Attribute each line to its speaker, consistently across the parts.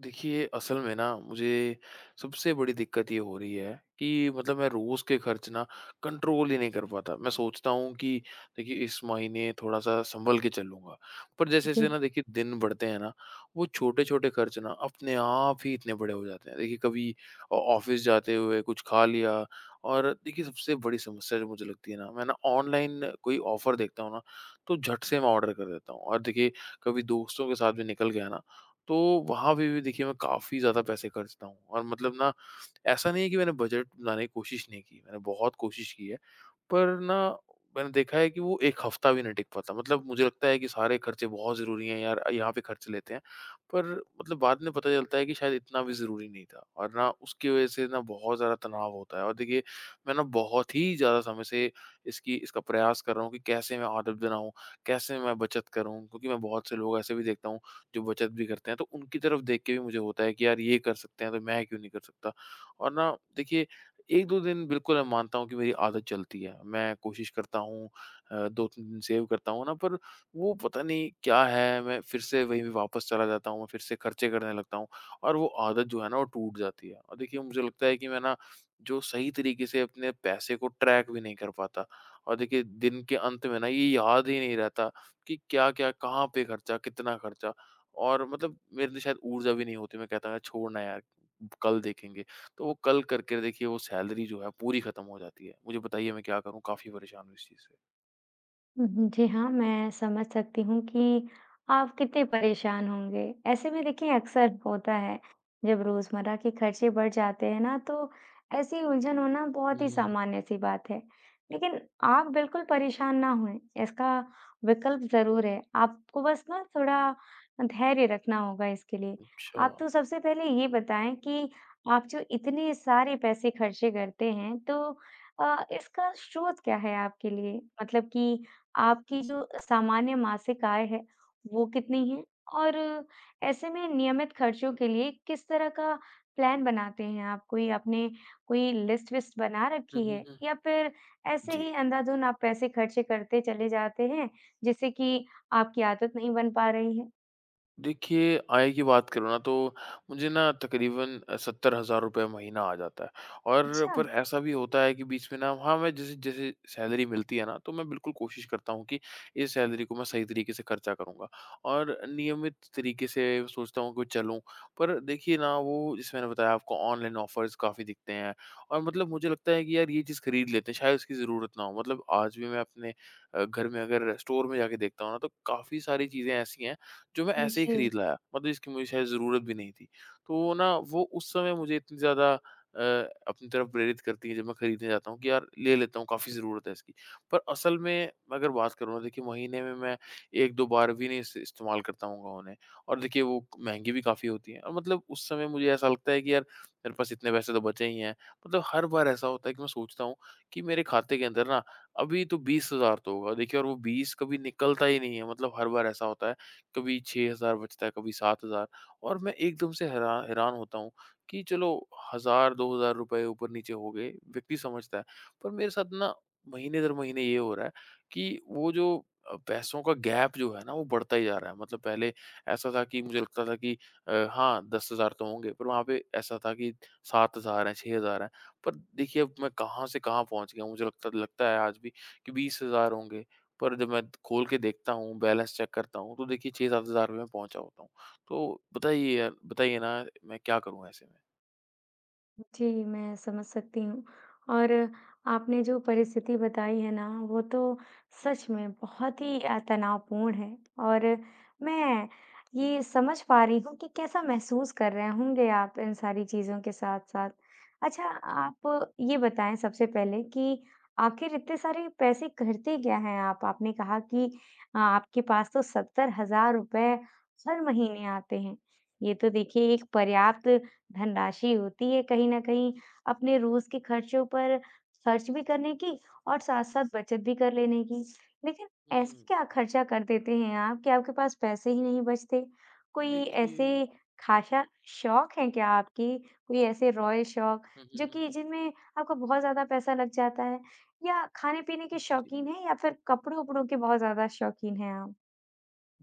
Speaker 1: देखिए, असल में ना मुझे सबसे बड़ी दिक्कत ये हो रही है कि मतलब मैं रोज़ के खर्च ना कंट्रोल ही नहीं कर पाता। मैं सोचता हूँ कि देखिए इस महीने थोड़ा-सा सँभल के चलूँगा, पर जैसे-जैसे ना देखिए दिन बढ़ते हैं ना, वो छोटे-छोटे खर्च ना अपने आप ही इतने बड़े हो जाते हैं। देखिए कभी ऑ ऑफ़िस जाते हुए कुछ खा लिया और देखिए सबसे बड़ी समस्या जो मुझे लगती है ना, मैं ना ऑनलाइन कोई ऑफ़र देखता हूँ ना, तो झट से मैं ऑर्डर कर देता हूँ और देखिए कभी दोस्तों के साथ भी निकल गया ना, तो वहाँ पे भी देखिए मैं काफ़ी ज़्यादा पैसे खर्चता हूँ और मतलब ना ऐसा नहीं है कि मैंने बजट बनाने की कोशिश नहीं की, मैंने बहुत कोशिश की है। पर ना मैंने देखा है कि वो 1 हफ्ता भी नहीं टिक पाता। मतलब मुझे लगता है कि सारे खर्चे बहुत ज़रूरी हैं यार, यहाँ पे खर्च लेते हैं। पर मतलब बाद में पता चलता है कि शायद इतना भी ज़रूरी नहीं था और ना उसकी वज़ह से ना बहुत ज़्यादा तनाव होता है और देखिए, मैं ना बहुत ही ज़्यादा समय से इसकी इसका प्रयास कर रहा हूँ कि कैसे मैं आदत बनाऊँ, कैसे मैं बचत करूँ? क्योंकि मैं बहुत से लोग ऐसे भी देखता हूँ, जो बचत भी करते हैं, तो उनकी तरफ देख के भी मुझे होता है कि यार ये कर सकते हैं, तो मैं क्यों नहीं कर सकता? और ना देखिए 1-2 दिन बिल्कुल मैं मानता हूँ कि मेरी आदत चलती है। मैं कोशिश करता हूँ 2-3 दिन सेव करता हूँ ना पर वो पता नहीं क्या है, मैं फिर से वहीं पे वापस चला जाता हूँ, मैं फिर से खर्चे करने लगता हूँ और वो आदत जो है ना वो टूट जाती है। और देखिए मुझे लगता है कि मैं ना जो सही तरीके से अपने पैसे को ट्रैक भी नहीं कर पाता और देखिए दिन के अंत में ना ये याद ही नहीं रहता कि क्या-क्या, कहाँ पे खर्चा, कितना खर्चा और मतलब मेरे अंदर शायद ऊर्जा भी नहीं होती। मैं कहता था छोड़ ना यार, कल देखेंगे। तो वो कल करके देखिए वो सैलरी जो है पूरी खत्म हो जाती है। मुझे बताइए मैं क्या करूँ? काफ़ी परेशान हूँ इस चीज़ से।
Speaker 2: उहुँ, जी हाँ, मैं समझ सकती हूँ कि आप कितने परेशान होंगे। ऐसे में देखिए अक्सर होता है, जब रोज़मर्रा के खर्चे बढ़ जाते हैं ना, तो ऐसी उलझन होना
Speaker 1: हुँ,
Speaker 2: बहुत ही
Speaker 1: हुँ, हुँ।
Speaker 2: सामान्य-सी बात है। लेकिन आप बिल्कुल परेशान ना होएँ, इसका विकल्प ज़रूर है। आपको बस ना थोड़ा धैर्य रखना होगा इसके लिए।
Speaker 1: अच्छा।
Speaker 2: आप तो सबसे पहले ये बताएँ कि आप जो इतने सारे पैसे खर्चे करते हैं, तो इसका स्रोत क्या है आपके लिए? मतलब कि आपकी जो सामान्य मासिक आय है, वो कितनी है? और ऐसे में नियमित खर्चों के लिए किस तरह का प्लान बनाते हैं आप? कोई आपने कोई लिस्ट-विस्ट बना
Speaker 1: हुँ,
Speaker 2: रखी
Speaker 1: हुँ,
Speaker 2: है
Speaker 1: हुँ।
Speaker 2: या फिर ऐसे
Speaker 1: जी।
Speaker 2: ही अंधाधुन आप पैसे खर्चे करते चले जाते हैं, जिससे कि आपकी आदत नहीं बन पा रही है?
Speaker 1: देखिए, आय की बात करूँ ना तो मुझे ना तकरीबन ₹70,000 महीना आ जाता है और
Speaker 2: अच्छा,
Speaker 1: पर ऐसा भी होता है कि बीच में ना हाँ, मैं जैसे-जैसे सैलरी मिलती है ना, तो मैं बिल्कुल कोशिश करता हूँ कि इस सैलरी को मैं सही तरीके से खर्चा करूँगा और नियमित तरीके से सोचता हूँ कि चलूँ। पर देखिए ना वो जैसे मैंने बताया आपको ऑनलाइन ऑफ़र्स काफ़ी दिखते हैं और मतलब मुझे लगता है कि यार ये चीज़ खरीद लेते हैं, शायद उसकी ज़रूरत ना हो। मतलब आज भी मैं अपने घर में अगर स्टोर में जाके देखता हूँ ना, तो काफ़ी सारी चीज़ें ऐसी हैं जो मैं ऐसे ही
Speaker 2: जी।
Speaker 1: खरीद लाया। मतलब इसकी मुझे शायद ज़रूरत भी नहीं थी। तो ना वो उस समय मुझे इतनी ज़्यादा अ, अपनी तरफ प्रेरित करती है जब मैं खरीदने जाता हूँ कि यार ले लेता हूँ काफ़ी ज़रूरत है इसकी। पर असल में अगर बात करूँ ना देखिए महीने में मैं 1-2 बार भी नहीं इस इस्तेमाल करता होऊँगा उन्हें। और देखिए वो महँगी भी काफ़ी होती हैं और मतलब उस समय मुझे ऐसा लगता है कि यार मेरे पास इतने पैसे तो बचे ही हैं। मतलब हर बार ऐसा होता है कि मैं सोचता हूँ कि मेरे खाते के अंदर ना अभी तो 20,000 तो होगा। देखिए और वो 20 कभी निकलता ही नहीं है। मतलब हर बार ऐसा होता है। कभी 6,000 बचता है, कभी 7,000 और मैं एकदम से हैरान होता हूँ कि चलो 1,000 ₹2,000 ऊपर-नीचे हो गए, व्यक्ति समझता है। पर मेरे साथ ना महीने दर महीने ये हो रहा है कि वो जो पैसों का गैप जो है ना, वो बढ़ता ही जा रहा है। मतलब पहले ऐसा था कि मुझे लगता था कि हाँ, 10,000 तो होंगे, पर वहाँ पे ऐसा था कि 7,000 हैं, 6,000 हैं। पर देखिए अब मैं कहाँ से कहाँ पहुँच गया हूँ। मुझे लगता लगता है आज भी कि 20,000 होंगे। पर जब मैं खोल के देखता हूँ, बैलेंस चेक करता हूँ, तो देखिए 6-7 हज़ार रुपये में पहुँचा होता हूँ। तो बताइए यार बताइए ना मैं क्या करूँ ऐसे में?
Speaker 2: जी, मैं समझ सकती हूँ और आपने जो परिस्थिति बताई है ना, वो तो सच में बहुत ही तनावपूर्ण है और मैं ये समझ पा रही हूँ कि कैसा महसूस कर रहे होंगे आप इन सारी चीज़ों के साथ-साथ। अच्छा, आप ये बताएँ सबसे पहले कि आखिर इतने सारे पैसे करते क्या हैं आप? आपने कहा कि आपके पास तो ₹70,000 हर महीने आते हैं। ये तो देखिए एक पर्याप्त धनराशि होती है कहीं न कहीं अपने रोज़ के खर्चों पर खर्च भी करने की और साथ-साथ बचत भी कर लेने की। लेकिन ऐसे
Speaker 1: हुँ,
Speaker 2: क्या खर्चा कर देते हैं आप कि आपके पास पैसे ही नहीं बचते? कोई ऐसे
Speaker 1: देखिए,
Speaker 2: ख़ासा शौक हैं क्या आपके? कोई ऐसे रॉयल शौक
Speaker 1: हुँ, हुँ,
Speaker 2: जो
Speaker 1: हुँ,
Speaker 2: कि
Speaker 1: हुँ।
Speaker 2: जिनमें आपका बहुत ज़्यादा पैसा लग जाता है? या खाने-पीने के
Speaker 1: जी।
Speaker 2: शौकीन हैं या फिर कपड़ों-वपड़ों के बहुत ज़्यादा शौकीन हैं आप?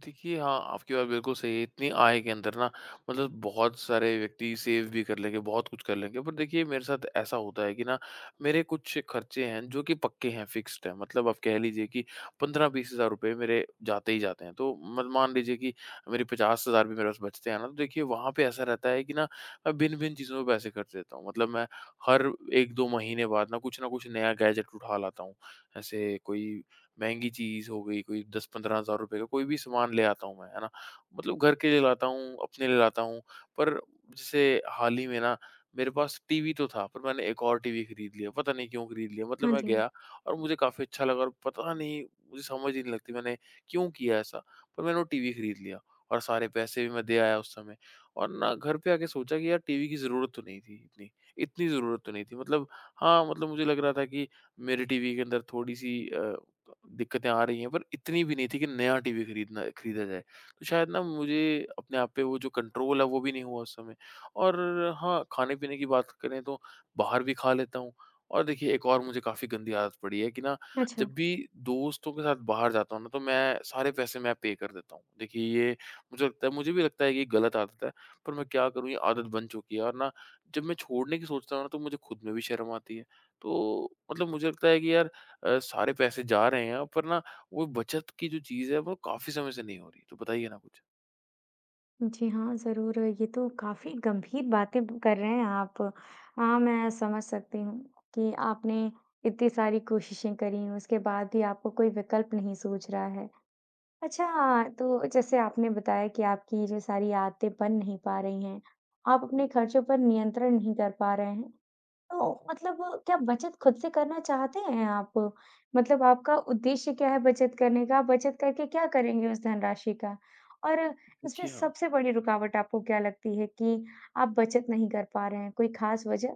Speaker 1: देखिए, हाँ, आपकी बात बिल्कुल सही है। इतनी आय के अंदर ना मतलब बहुत सारे व्यक्ति सेव भी कर लेंगे, बहुत कुछ कर लेंगे। पर देखिए मेरे साथ ऐसा होता है कि ना मेरे कुछ खर्चे हैं जो कि पक्के हैं, फिक्स्ड हैं। मतलब आप कह लीजिए कि 15-20 हज़ार रुपए मेरे जाते ही जाते हैं। तो मत मान लीजिए कि मेरे 50 हज़ार भी मेरे पास बचते हैं ना, तो देखिए वहाँ पे ऐसा रहता है कि ना मैं भिन्न-भिन्न चीज़ों पे पैसे खर्च देता हूँ। मतलब मैं हर 1-2 महीने बाद ना कुछ नया गैजेट उठा लाता हूँ। ऐसे कोई महँगी चीज़ हो गई, कोई 10-15 हज़ार रुपए का कोई भी सामान ले आता हूँ मैं, है ना? मतलब घर के लिए लाता हूँ, अपने लिए लाता हूँ, पर जैसे हाल ही में ना मेरे पास टीवी तो था, पर मैंने एक और टीवी खरीद लिया, पता नहीं क्यों खरीद लिया। मतलब
Speaker 2: हाँ
Speaker 1: मैं
Speaker 2: जी।
Speaker 1: गया और मुझे काफ़ी अच्छा लगा और पता नहीं मुझे समझ ही नहीं लगती मैंने क्यों किया ऐसा? पर मैंने वो टीवी खरीद लिया और सारे पैसे भी मैं दे आया उस समय और ना घर पे आके सोचा कि यार टीवी की ज़रूरत तो नहीं थी इतनी, इतनी ज़रूरत तो नहीं थी। मतलब हाँ, मतलब मुझे लग रहा था कि मेरे टीवी के अंदर थोड़ी-सी दिक्कतें आ रही हैं, पर इतनी भी नहीं थी कि नया टीवी खरीदना खरीदा जाए। तो शायद ना मुझे अपने आप पे वो जो कंट्रोल है वो भी नहीं हुआ उस समय। और हाँ, खाने-पीने की बात करें तो बाहर भी खा लेता हूँ और देखिए एक और मुझे काफ़ी गंदी आदत पड़ी है कि ना
Speaker 2: अच्छा।
Speaker 1: जब भी दोस्तों के साथ बाहर जाता हूँ ना तो मैं सारे पैसे मैं पे कर देता हूँ। देखिए ये मुझे भी लगता है कि ये गलत आदत है, पर मैं क्या करूँ ये आदत बन चुकी है और ना जब मैं छोड़ने की सोचता हूँ ना तो मुझे खुद में भी शर्म आती है। तो मतलब मुझे लगता है कि यार सारे पैसे जा रहे हैं पर ना वो बचत की जो चीज़ है वो काफ़ी समय से नहीं हो रही। तो बताइए ना कुछ?
Speaker 2: जी हाँ, ज़रूर। ये तो काफ़ी गंभीर बातें ब कर रहे हैं आप। हाँ, मैं समझ सकती हूँ कि आपने इतनी सारी कोशिशें करी, उसके बाद भी आपको कोई विकल्प नहीं सूझ रहा है। अच्छा, तो जैसे आपने बताया कि आपकी ये जो सारी आदतें बन नहीं पा रही हैं, आप अपने खर्चों पर नियंत्रण नहीं कर पा रहे हैं। तो मतलब क्या बचत खुद से करना चाहते हैं आप? मतलब आपका उद्देश्य क्या है बचत करने का? बचत करके क्या करेंगे उस धनराशि का? और इसमें
Speaker 1: देखिए हाँ।
Speaker 2: सबसे बड़ी रुकावट आपको क्या लगती है कि आप बचत नहीं कर पा रहे हैं? कोई खास वजह?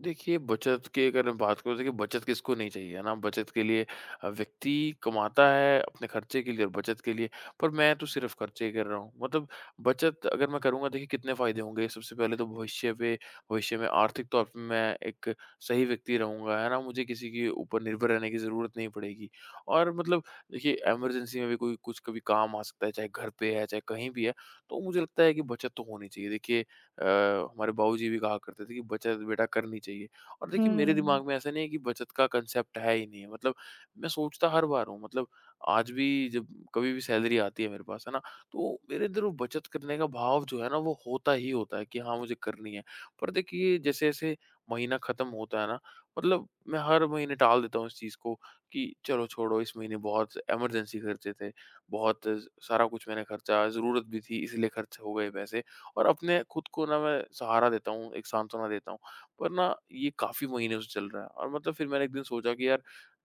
Speaker 1: देखिए, बचत की अगर मैं बात करूँ, देखिए बचत किसको नहीं चाहिए, है ना? बचत के लिए व्यक्ति कमाता है अपने खर्चे के लिए और बचत के लिए, पर मैं तो सिर्फ़ खर्चे ही कर रहा हूँ। मतलब बचत अगर मैं करूँगा, देखिए कितने फ़ायदे होंगे। सबसे पहले तो भविष्य में आर्थिक तौर पे मैं एक सही व्यक्ति रहूँगा, है ना? मुझे किसी के ऊपर निर्भर रहने की ज़रूरत नहीं पड़ेगी और मतलब देखिए, इमरजेंसी में भी कोई कुछ कभी काम आ सकता है, चाहे घर पे है, चाहे कहीं भी है। तो मुझे लगता है कि बचत तो होनी चाहिए। देखिए अ, हमारे बाबूजी भी कहा करते थे कि बचत बेटा करनी चाहिए और देखिए मेरे
Speaker 2: हुँ।
Speaker 1: दिमाग में ऐसा नहीं है कि बचत का कंसेप्ट है ही नहीं है मतलब मैं सोचता हर बार हूँ मतलब आज भी जब कभी भी सैलरी आती है मेरे पास है ना तो मेरे अंदर वो बचत करने का भाव जो है ना वो होता ही होता है कि हाँ मुझे करनी है पर देखिए जैसे जैसे महीना खत्म होता है ना मतलब मैं हर महीने टाल देता हूँ इस चीज़ को कि चलो छोड़ो इस महीने बहुत इमरजेंसी खर्चे थे बहुत सारा कुछ मैंने खर्चा ज़रूरत भी थी इसलिए खर्च हो गए पैसे और अपने खुद को ना मैं सहारा देता हूँ, एक सांत्वना देता हूँ। पर ना ये काफ़ी महीनों से चल रहा है और मतलब फिर मैंने एक दिन सोचा कि यार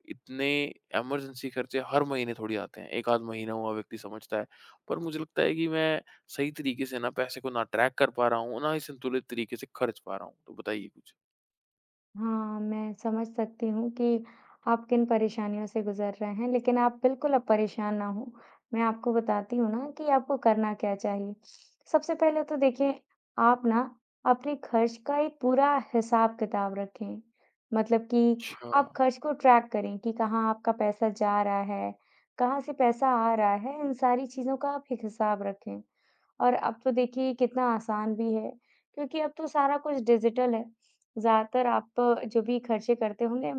Speaker 1: इतने इमरजेंसी खर्चे हर महीने थोड़ी आते हैं। एक आध महीना हुआ व्यक्ति समझता है। पर मुझे लगता है कि मैं सही तरीके से ना पैसे को ना ट्रैक कर पा रहा हूँ, ना ही संतुलित तरीके से खर्च पा रहा हूँ। तो बताइए कुछ?
Speaker 2: हाँ, मैं समझ सकती हूँ कि आप किन परेशानियों से गुज़र रहे हैं, लेकिन आप बिल्कुल अब परेशान ना हों। मैं आपको बताती हूँ ना कि आपको करना क्या चाहिए। सबसे पहले तो देखिए, आप ना अपने खर्च का एक पूरा हिसाब-किताब रखें। मतलब कि
Speaker 1: अच्छा।
Speaker 2: आप खर्च को ट्रैक करें कि कहाँ आपका पैसा जा रहा है, कहाँ से पैसा आ रहा है, इन सारी चीज़ों का आप एक हिसाब रखें। और अब तो देखिए कितना आसान भी है, क्योंकि अब तो सारा कुछ डिजिटल है। ज़्यादातर आप जो भी खर्चे करते होंगे,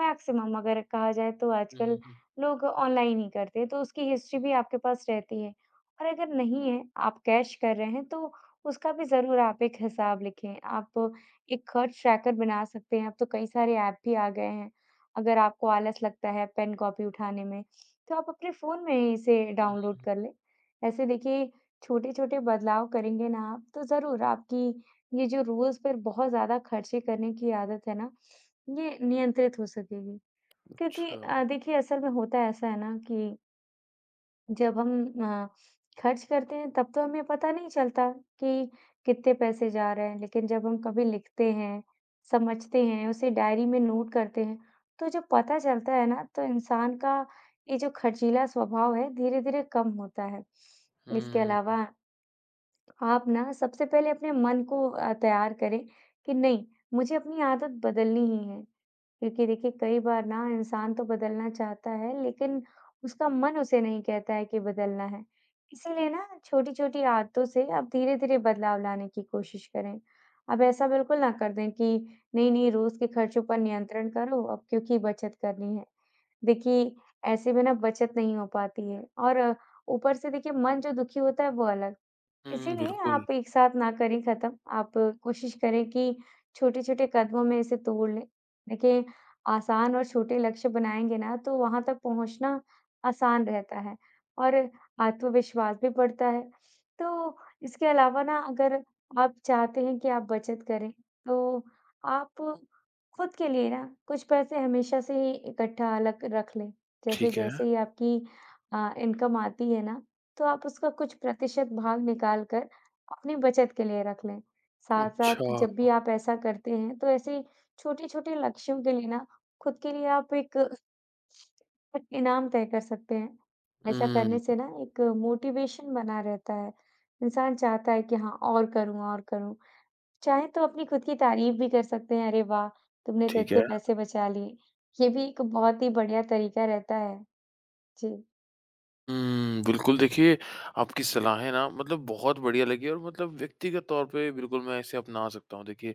Speaker 2: मैक्सिमम अगर कहा जाए तो
Speaker 1: हुँ,
Speaker 2: आजकल
Speaker 1: हुँ, हुँ,
Speaker 2: लोग ऑनलाइन ही करते हैं, तो उसकी हिस्ट्री भी आपके पास रहती है। और अगर नहीं है, आप कैश कर रहे हैं, तो उसका भी ज़रूर आप एक हिसाब लिखें। आप एक खर्च ट्रैकर बना सकते हैं, अब तो कई सारे ऐप भी आ गए हैं। अगर आपको आलस लगता है पेन कॉपी उठाने में, तो आप अपने फ़ोन में ही इसे
Speaker 1: हुँ, हुँ।
Speaker 2: डाउनलोड कर लें। ऐसे देखिए छोटे-छोटे बदलाव करेंगे ना आप, तो ज़रूर आपकी ये जो रोज़ पर बहुत ज़्यादा खर्चे करने की आदत है ना, ये नियंत्रित हो सकेगी। क्योंकि
Speaker 1: अच्छा।
Speaker 2: देखिए असल में होता ऐसा है ना कि जब हम खर्च करते हैं तब तो हमें पता नहीं चलता कि कितने पैसे जा रहे हैं, लेकिन जब हम कभी लिखते हैं, समझते हैं, उसे डायरी में नोट करते हैं, तो जब पता चलता है ना तो इंसान का ये जो खर्चीला स्वभाव है धीरे-धीरे कम होता है। इसके
Speaker 1: हुँ,
Speaker 2: अलावा आप ना सबसे पहले अपने मन को तैयार करें कि नहीं मुझे अपनी आदत बदलनी ही है। क्योंकि देखिए कई बार ना इंसान तो बदलना चाहता है लेकिन उसका मन उसे नहीं कहता है कि बदलना है। इसीलिए ना छोटी-छोटी आदतों से आप धीरे-धीरे बदलाव लाने की कोशिश करें। अब ऐसा बिल्कुल ना कर दें कि नहीं-नहीं रोज़ के खर्चों पर नियंत्रण करो अब क्योंकि बचत करनी है। देखिए ऐसे में ना बचत नहीं हो पाती है और ऊपर से देखिए मन जो दुखी होता है वो अलग।
Speaker 1: हुँ,
Speaker 2: इसीलिए
Speaker 1: बिल्कुल।
Speaker 2: आप एक साथ ना करें खत्म, आप कोशिश करें कि छोटे-छोटे कदमों में इसे तोड़ लें। देखिए, आसान और छोटे लक्ष्य बनाएँगे ना, तो वहाँ तक पहुँचना आसान रहता है और आत्मविश्वास भी बढ़ता है। तो इसके अलावा ना अगर आप चाहते हैं कि आप बचत करें, तो आप खुद के लिए ना कुछ पैसे हमेशा से ही इकट्ठा अलग रख लें। जैसे
Speaker 1: ठीक है।
Speaker 2: जैसे ही आपकी इनकम आती है ना, तो आप उसका कुछ प्रतिशत भाग निकाल कर अपनी बचत के लिए रख लें। साथ-साथ जब
Speaker 1: अच्छा।
Speaker 2: भी आप ऐसा करते हैं, तो ऐसे छोटे-छोटे लक्ष्यों के लिए ना खुद के लिए आप एक एक इनाम तय कर सकते हैं। ऐसा करने
Speaker 1: हुँ,
Speaker 2: से ना एक मोटिवेशन बना रहता है। इंसान चाहता है कि हाँ, और करूँ, और करूँ। चाहे तो अपनी खुद की तारीफ भी कर सकते हैं, "अरे वाह! तुमने तो
Speaker 1: ठीक है।
Speaker 2: इतने पैसे बचा लिए।" ये भी एक बहुत ही बढ़िया तरीका रहता है। जी।
Speaker 1: हुँ, बिल्कुल देखिए, आपकी सलाहें ना मतलब बहुत बढ़िया लगी और मतलब व्यक्तिगत तौर पे बिल्कुल मैं इसे अपना सकता हूँ देखिए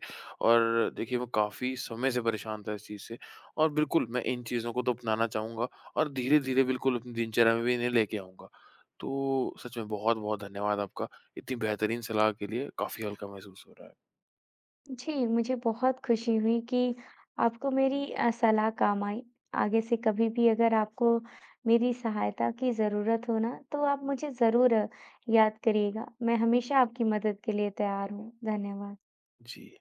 Speaker 1: और देखिए मैं काफ़ी समय से परेशान था इस चीज़ से और बिल्कुल मैं इन चीज़ों को तो अपनाना चाहूँगा और धीरे-धीरे बिल्कुल अपनी दिनचर्या में भी इन्हें लेके आऊँगा। तो सच में बहुत-बहुत धन्यवाद आपका, इतनी बेहतरीन सलाह के लिए काफ़ी हल्का महसूस हो रहा है।
Speaker 2: जी, मुझे बहुत खुशी हुई कि आपको मेरी सलाह काम आई। आगे से कभी भी अगर आपको मेरी सहायता की ज़रूरत हो ना, तो आप मुझे ज़रूर याद करिएगा। मैं हमेशा आपकी मदद के लिए तैयार हूँ। धन्यवाद।
Speaker 1: जी।